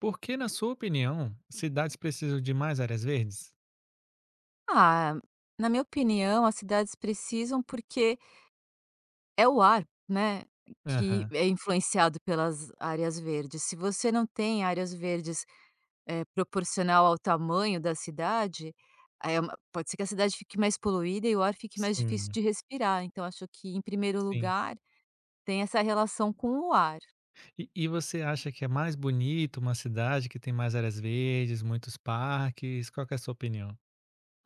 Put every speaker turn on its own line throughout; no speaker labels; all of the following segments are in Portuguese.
Por que, na sua opinião, cidades precisam de mais áreas verdes?
Ah, na minha opinião, as cidades precisam, porque é o ar, né, que
Aham.
é influenciado pelas áreas verdes. Se você não tem áreas verdes, proporcional ao tamanho da cidade, aí é uma pode ser que a cidade fique mais poluída e o ar fique mais difícil
Sim,
de respirar. Então acho que, em primeiro
sim.
lugar, tem essa relação com o ar.
E você acha que é mais bonito uma cidade que tem mais áreas verdes, muitos parques? Qual que é a sua opinião?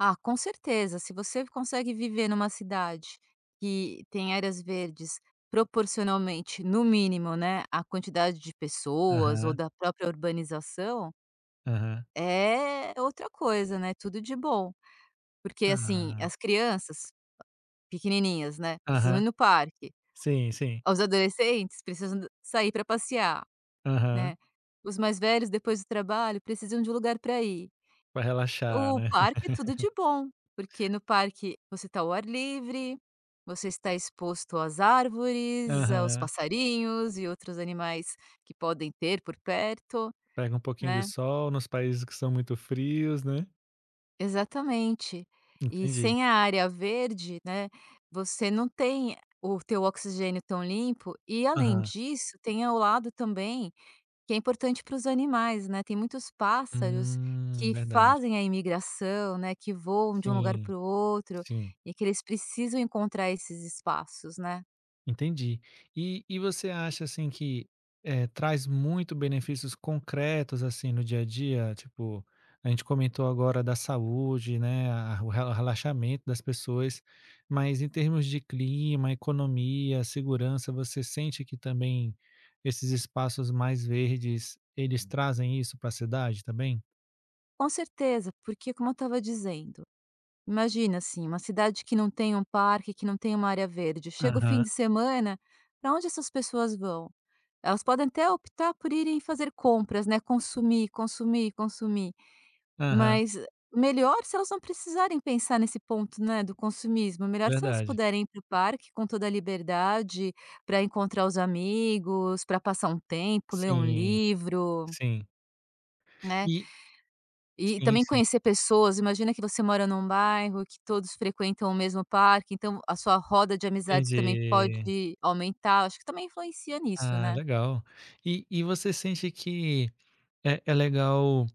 Ah, com certeza. Se você consegue viver numa cidade que tem áreas verdes proporcionalmente, no mínimo, né, à quantidade de pessoas ou
Aham,
da própria urbanização,
aham.
é outra coisa, né? Tudo de bom. Porque, assim,
Ah,
as crianças pequenininhas, né, precisam ir
aham.
no parque.
Sim, sim.
Os adolescentes precisam sair para passear,
Aham.
né? Os mais velhos, depois do trabalho, precisam de um lugar para ir.
Pra relaxar,
O
né.
parque, é tudo de bom, porque no parque você está ao ar livre, você está exposto às árvores, aos
Aham.
passarinhos e outros animais que podem ter por perto,
Pega um pouquinho de
né.
sol nos países que são muito frios, né.
Exatamente. E
Entendi.
sem a área verde, né, você não tem o teu oxigênio tão limpo e, além
Aham.
disso, tem ao lado também. Que é importante para os animais, né, tem muitos pássaros que
Verdade.
fazem a imigração, né, que voam de um lugar para
Sim,
o outro,
sim.
e que eles precisam encontrar esses espaços, né.
Entendi. E você acha, assim, que, traz muito benefícios concretos, assim, no dia a dia? Tipo, a gente comentou agora da saúde, né, a o rela relaxamento das pessoas, mas em termos de clima, economia, segurança, você sente que também esses espaços mais verdes, eles trazem isso para a cidade também?
Com certeza, porque como eu estava dizendo, imagina, assim, uma cidade que não tem um parque, que não tem uma área verde, chega o fim
Aham,
de semana, para onde essas pessoas vão? Elas podem até optar por irem fazer compras, né, consumir, consumir, consumir.
aham,
Mas melhor se elas não precisarem pensar nesse ponto, né, do consumismo, melhor se elas
verdade.
puderem ir para o parque com toda a liberdade para encontrar os amigos, para passar um tempo, ler um
Sim,
livro,
sim.
né.
E
E
sim,
também
sim,
conhecer pessoas, imagina que você mora num bairro que todos frequentam o mesmo parque, então a sua roda de amizades também
entendi.
pode aumentar, acho que também influencia nisso,
Ah,
né?
legal. E você sente que é legal,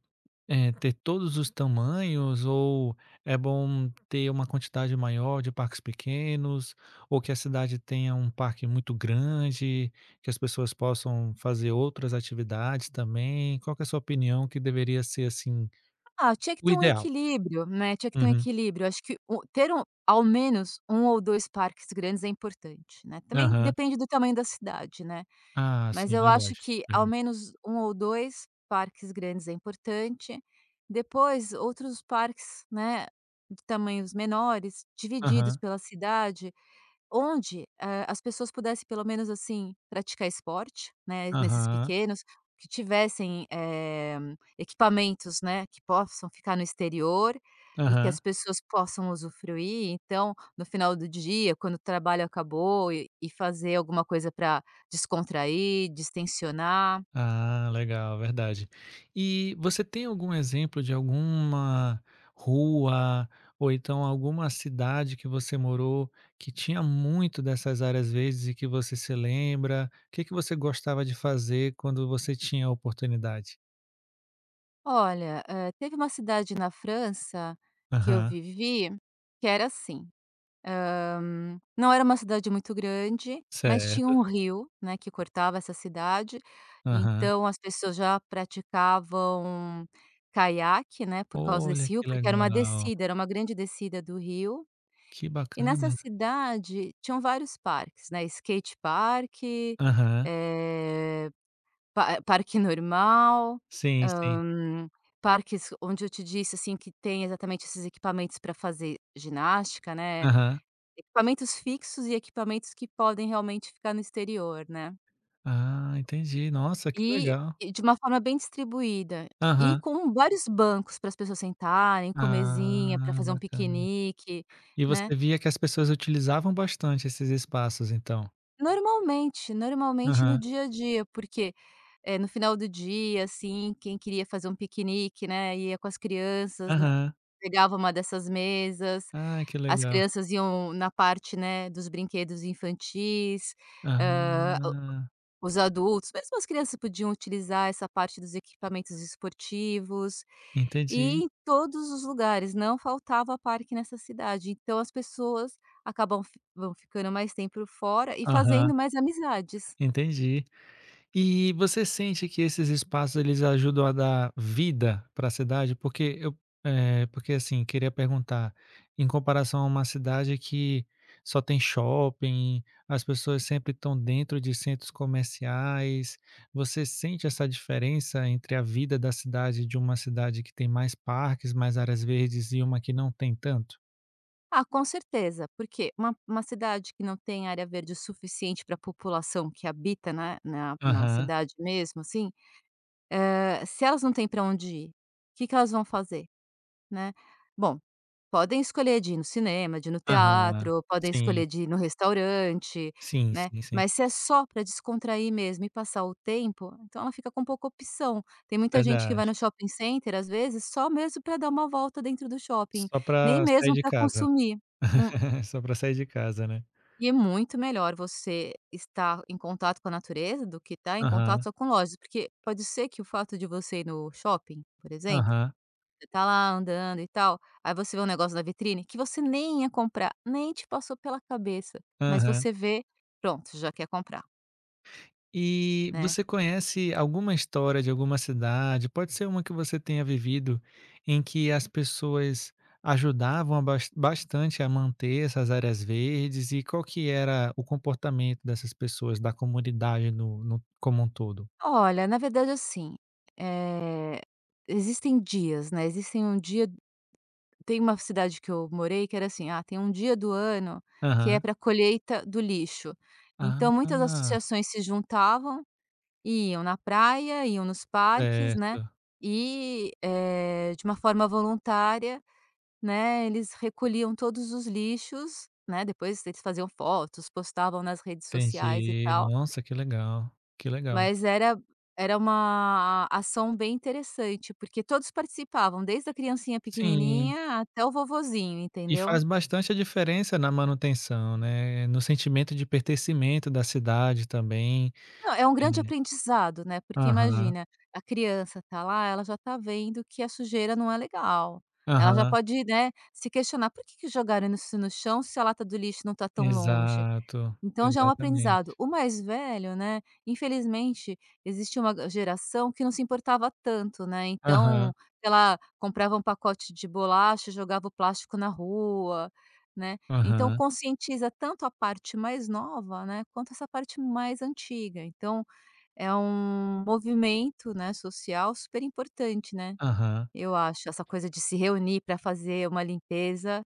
ter todos os tamanhos ou é bom ter uma quantidade maior de parques pequenos, ou que a cidade tenha um parque muito grande, que as pessoas possam fazer outras atividades também? Qual que é a sua opinião que deveria ser, assim,
Ah, tinha que
o
ter um
ideal?
equilíbrio, né, tinha que ter um
Uhum.
equilíbrio. Acho que o ter um ao menos um ou 2 parques grandes é importante, né. Também
Aham.
depende do tamanho da cidade, né,
Ah,
mas
sim,
eu acho
verdade,
que ao
verdade.
menos um ou 2 parques grandes é importante. Depois outros parques, né, de tamanhos menores, divididos
Aham,
pela cidade, onde, as pessoas pudessem, pelo menos, assim, praticar esporte, né, nesses
aham,
pequenos, que tivessem, equipamentos, né, que possam ficar no exterior e que as
aham.
pessoas possam usufruir. Então, no final do dia, quando o trabalho acabou, e fazer alguma coisa para descontrair, distensionar.
Ah, legal, verdade. E você tem algum exemplo de alguma rua ou então alguma cidade que você morou que tinha muito dessas áreas verdes e que você se lembra? O que que você gostava de fazer quando você tinha a oportunidade?
Olha, teve uma cidade na França que eu
Aham,
vivi, que era assim. Não era uma cidade muito grande, mas tinha
certo.
um rio, né, que cortava essa cidade,
Aham.
então as pessoas já praticavam caiaque, né, por causa
Olha
desse rio,
que
porque era uma
legal,
descida, era uma grande descida do rio.
que
E nessa
bacana.
cidade tinham vários parques, né, skate park,
Aham,
eh, parque normal,
sim, sim.
hum, parques onde eu te disse, assim, que tem exatamente esses equipamentos para fazer ginástica, né.
Aham.
Equipamentos fixos e equipamentos que podem realmente ficar no exterior, né.
Ah, entendi. Nossa, que
E
legal.
e de uma forma bem distribuída, e
Aham.
com vários bancos para as pessoas sentarem, com mesinha para
Ah,
fazer um
bacana.
piquenique,
E
né.
você via que as pessoas utilizavam bastante esses espaços então?
Normalmente, normalmente no
Aham,
dia a dia, porque, no final do dia, assim, quem queria fazer um piquenique, né, ia com as crianças na
aham.
pegava uma dessas mesas,
Ah, que
as
legal.
crianças iam na parte, né, dos brinquedos infantis.
Ah,
Hã Os adultos, mesmo as crianças, podiam utilizar essa parte dos equipamentos esportivos, e
entendi.
em todos os lugares não faltava parque nessa cidade, então as pessoas acabam fi vão ficando mais tempo fora e
Aham,
fazendo mais amizades.
entendi. E você sente que esses espaços eles ajudam a dar vida para a cidade? Porque assim, queria perguntar, em comparação a uma cidade que só tem shopping, as pessoas sempre estão dentro de centros comerciais, você sente essa diferença entre a vida da cidade de uma cidade que tem mais parques, mais áreas verdes e uma que não tem tanto?
Ah, com certeza, porque uma cidade que não tem área verde o suficiente para a população que habita, né, na
Aham,
cidade mesmo, assim, se elas não têm para onde ir, o que que elas vão fazer, né? Bom, podem escolher de ir no cinema, de ir no
aham.
teatro, podem
Sim,
escolher de ir no restaurante,
sim,
né,
sim, sim.
mas se é só para descontrair mesmo e passar o tempo, então ela fica com pouca opção. Tem muita gente que
Verdade.
vai no shopping center, às vezes, só mesmo para dar uma volta dentro do shopping,
Só
nem
para sair
mesmo
de
para
casa.
consumir. Hum,
Só para sair de casa, né.
e é muito melhor você estar em contato com a natureza do que estar em contato
Aham,
só com lojas, porque pode ser que o fato de você ir no shopping, por exemplo,
aham,
você tá lá andando e tal, aí você vê um negócio na vitrine que você nem ia comprar, nem te passou pela cabeça, mas
aham.
você vê, pronto, já quer comprar,
E
né.
você conhece alguma história de alguma cidade, pode ser uma que você tenha vivido, em que as pessoas ajudavam a bastante a manter essas áreas verdes e qual que era o comportamento dessas pessoas, da comunidade no como um todo?
Olha, na verdade, assim, eh, existem dias, né, existem um dia, tem uma cidade que eu morei que era assim: "Ah, tem um dia do ano que é
Aham.
para colheita do lixo". Então
Ah,
muitas associações se juntavam, iam na praia, iam nos parques, né,
certo,
e, de uma forma voluntária, né, eles recolhiam todos os lixos, né, depois eles faziam fotos, postavam nas redes sociais e
entendi.
tal,
Nossa, que legal, que legal.
mas era uma ação bem interessante, porque todos participavam, desde a criancinha
Sim.
pequenininha até o vovozinho,
E
entendeu.
faz bastante a diferença na manutenção, né, no sentimento de pertencimento da cidade também.
Não, é um
É.
grande aprendizado, né, porque
Aham,
imagina, a criança tá lá, ela já tá vendo que a sujeira não é legal, ela já
aham.
pode, né, se questionar: "Por que que jogaram isso no chão se a lata do lixo não tá tão longe?".
Exato,
Então já é um aprendizado.
exatamente.
O mais velho, né, infelizmente existe uma ga geração que não se importava tanto, né, então,
Aham,
ela comprava um pacote de bolacha, jogava o plástico na rua, né. Então
aham,
conscientiza tanto a parte mais nova, né, quanto essa parte mais antiga. Então é um movimento, né, social super importante, né,
aham.
eu acho. Essa coisa de se reunir para fazer uma limpeza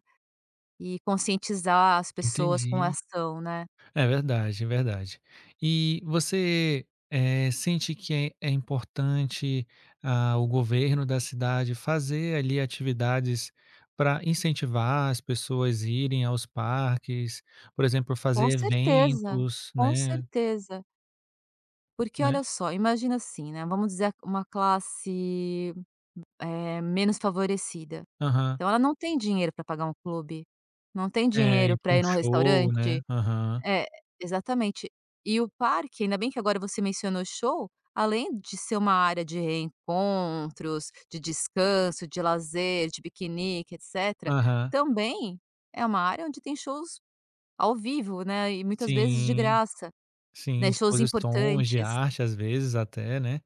e conscientizar as pessoas com a
Entendi.
ação, né.
É verdade, é verdade. E você, sente que é importante, o governo da cidade fazer ali atividades para incentivar as pessoas a irem aos parques, por exemplo,
Com
fazer
certeza,
eventos,
com
né,
certeza. Porque
né
olha só, imagina assim, né, vamos dizer uma classe, menos favorecida,
aham.
então ela não tem dinheiro para pagar um clube, não tem
É,
dinheiro
ir para
para
um
ir num
show, né.
restaurante.
Aham,
É, exatamente. E o parque, ainda bem que agora você mencionou show, além de ser uma área de reencontros, de descanso, de lazer, de piquenique, etcétera,
aham.
também é uma área onde tem shows ao vivo, né, e muitas vezes de
Sim,
graça.
sim,
Né, shows
exposições de
importantes.
arte, às vezes, até, né.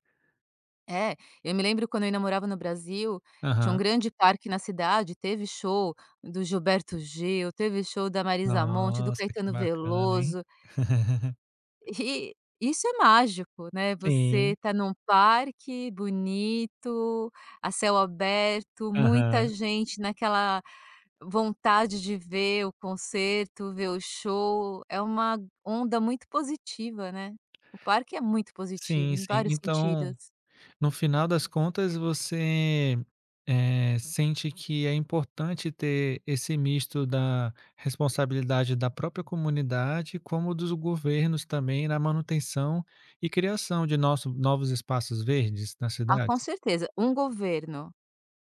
É, eu me lembro quando eu ainda morava no Brasil, tinha um
Aham.
grande parque na cidade, teve show do Gilberto Gil, teve show da Marisa Monte, do
Nossa, que
Caetano
bacana, hein.
Veloso, e isso é mágico, né, você
Sim.
tá num parque bonito, a céu aberto, muita
Aham.
gente naquela vontade de ver o concerto, ver o show, é uma onda muito positiva, né. O parque é muito positivo
Sim,
em
sim.
vários
Então,
sentidos.
no final das contas, você, sente que é importante ter esse misto da responsabilidade da própria comunidade, como dos governos também na manutenção e criação de nosso novos espaços verdes nas
Ah, com
cidades?
certeza. Um governo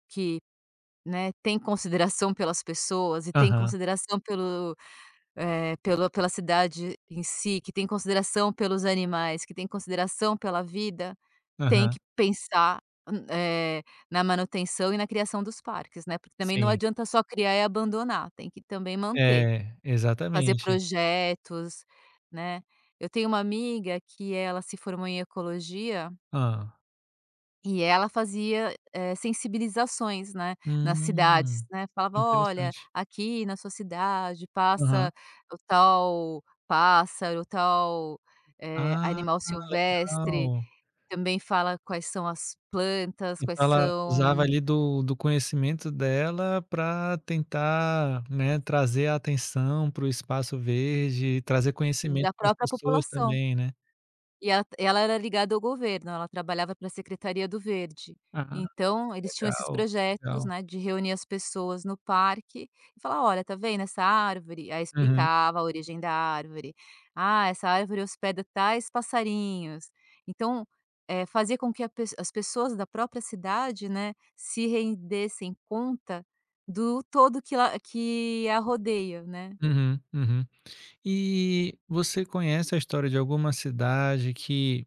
que, né, tem consideração pelas pessoas e tem
Aham,
consideração pelo, pelo pela cidade em si, que tem consideração pelos animais, que tem consideração pela vida, tem
aham,
que pensar, hum, eh, na manutenção e na criação dos parques, né, porque também não
sim.
adianta só criar e abandonar, tem que também manter,
É,
fazer
exatamente.
projetos, né. Eu tenho uma amiga que ela se formou em ecologia.
Ah,
E ela fazia, sensibilizações, né, nas cidades,
Hum,
né, falava: "Olha,
interessante.
aqui na sua cidade
Aham.
passa o tal pássaro, o tal,
Ah,
animal silvestre",
legal.
também fala quais são as plantas, quais
Então ela
são
usava ali do conhecimento dela para tentar, né, trazer a atenção para o espaço verde, trazer conhecimento
da
para as
própria
pessoas
população.
também, né.
E ela era ligada ao governo, ela trabalhava para a Secretaria do Verde.
Ah,
Então, eles tinham esses
legal,
projetos,
legal.
né, de reunir as pessoas no parque e falar: "Olha, tá vendo essa árvore?". Aí
Uhum,
explicava a origem da árvore. "Ah, essa árvore hospeda tais passarinhos". Então, fazia com que a pes as pessoas da própria cidade, né, se rendessem conta do todo que la que a rodeia, né.
uhum, uhum. E você conhece a história de alguma cidade que,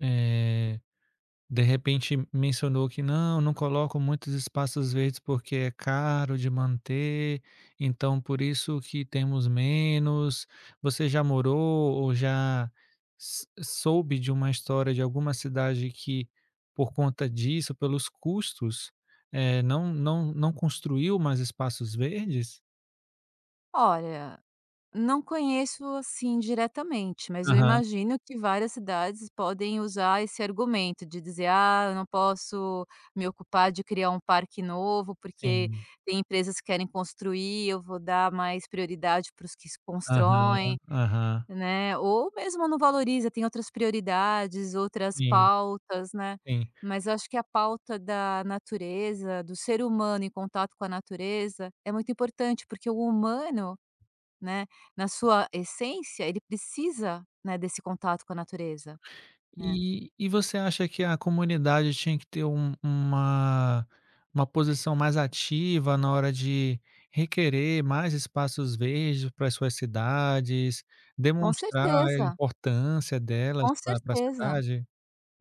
eh De repente mencionou que: "Não, não coloco muitos espaços verdes porque é caro de manter, então por isso que temos menos". Você já morou ou já s soube de uma história de alguma cidade que, por conta disso, pelos custos, não construiu mais espaços verdes?
Olha, não conheço, assim, diretamente, mas eu
Aham,
imagino que várias cidades podem usar esse argumento de dizer: "Ah, eu não posso me ocupar de criar um parque novo, porque
sim.
tem empresas que querem construir, eu vou dar mais prioridade para os que se
Aham,
constroem",
aham.
né, ou mesmo não valoriza, tem outras prioridades, outras
Sim,
pautas, né.
sim.
Mas eu acho que a pauta da natureza, do ser humano em contato com a natureza, é muito importante, porque o humano, né, na sua essência, ele precisa, né, desse contato com a natureza, né.
E você acha que a comunidade tinha que ter uma posição mais ativa na hora de requerer mais espaços verdes para as suas cidades,
Com
demonstrar a
certeza,
importância delas
com
para a
certeza,
cidade?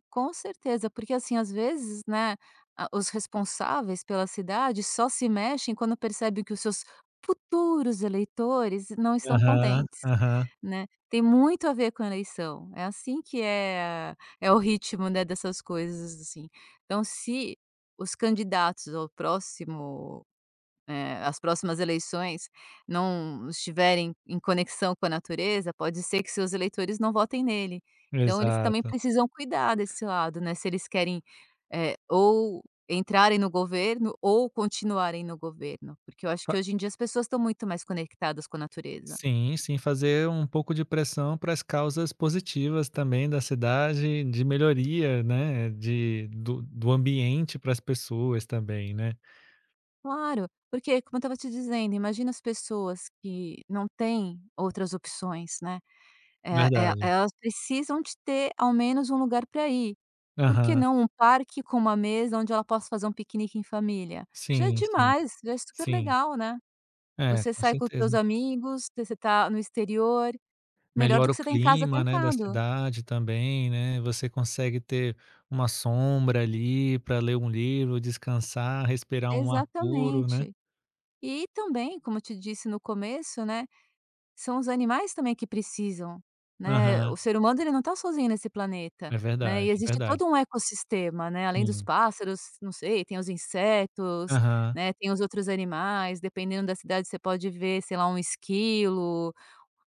com certeza, porque, assim, às vezes, né, a os responsáveis pela cidade só se mexem quando percebem que os seus futuros eleitores não estão
Aham,
contentes,
aham,
né. Tem muito a ver com a eleição, é assim que é o ritmo, né, dessas coisas, assim. Então se os candidatos ao próximo, as próximas eleições, não estiverem em conexão com a natureza, pode ser que seus eleitores não votem nele. Então eles também
exato.
precisam cuidar desse lado, né, se eles querem, ou entrarem no governo ou continuarem no governo, porque eu acho
Fa
que hoje em dia as pessoas estão muito mais conectadas com a natureza.
sim, sim, fazer um pouco de pressão para as causas positivas também da cidade, de melhoria, né, de do ambiente para as pessoas também, né.
Claro, porque como eu estava te dizendo, imagina as pessoas que não têm outras opções, né,
Verdade.
elas precisam de ter ao menos um lugar para ir. Por que
Aham.
não um parque com uma mesa onde ela possa fazer um piquenique em família? Já é
Sim, sim,
demais, já é super
sim.
legal, né.
É,
Você
com
sai com os seus
certeza.
amigos, você está no exterior, melhor do
Melhora
que
o
você tá em casa
clima, né, da
trancado.
cidade também, né, você consegue ter uma sombra ali para ler um livro, descansar, respirar um ar puro, né.
Exatamente. E também, como eu te disse no começo, né, são os animais também que precisam, né. O
Aham.
ser humano, ele não está sozinho nesse planeta,
É
né,
verdade,
e
é
existe
verdade.
todo um ecossistema, né, além dos
Sim.
pássaros, não sei, tem os insetos,
Aham.
né, tem os outros animais, dependendo da cidade você pode ver, sei lá, um esquilo,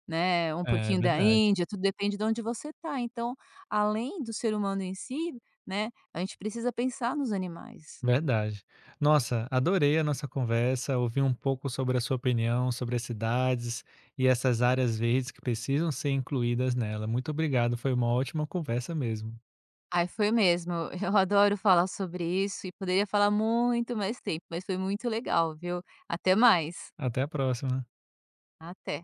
né, um
É
porquinho da
verdade,
Índia, tudo depende de onde você está. Então, além do ser humano em si, né, a gente precisa pensar nos animais.
verdade. Nossa, adorei a nossa conversa, ouvir um pouco sobre a sua opinião, sobre as cidades e essas áreas verdes que precisam ser incluídas nela. Muito obrigado, foi uma ótima conversa mesmo.
Ai, foi mesmo. Eu adoro falar sobre isso e poderia falar muito mais tempo, mas foi muito legal, viu. Até mais.
Até a próxima.
Até.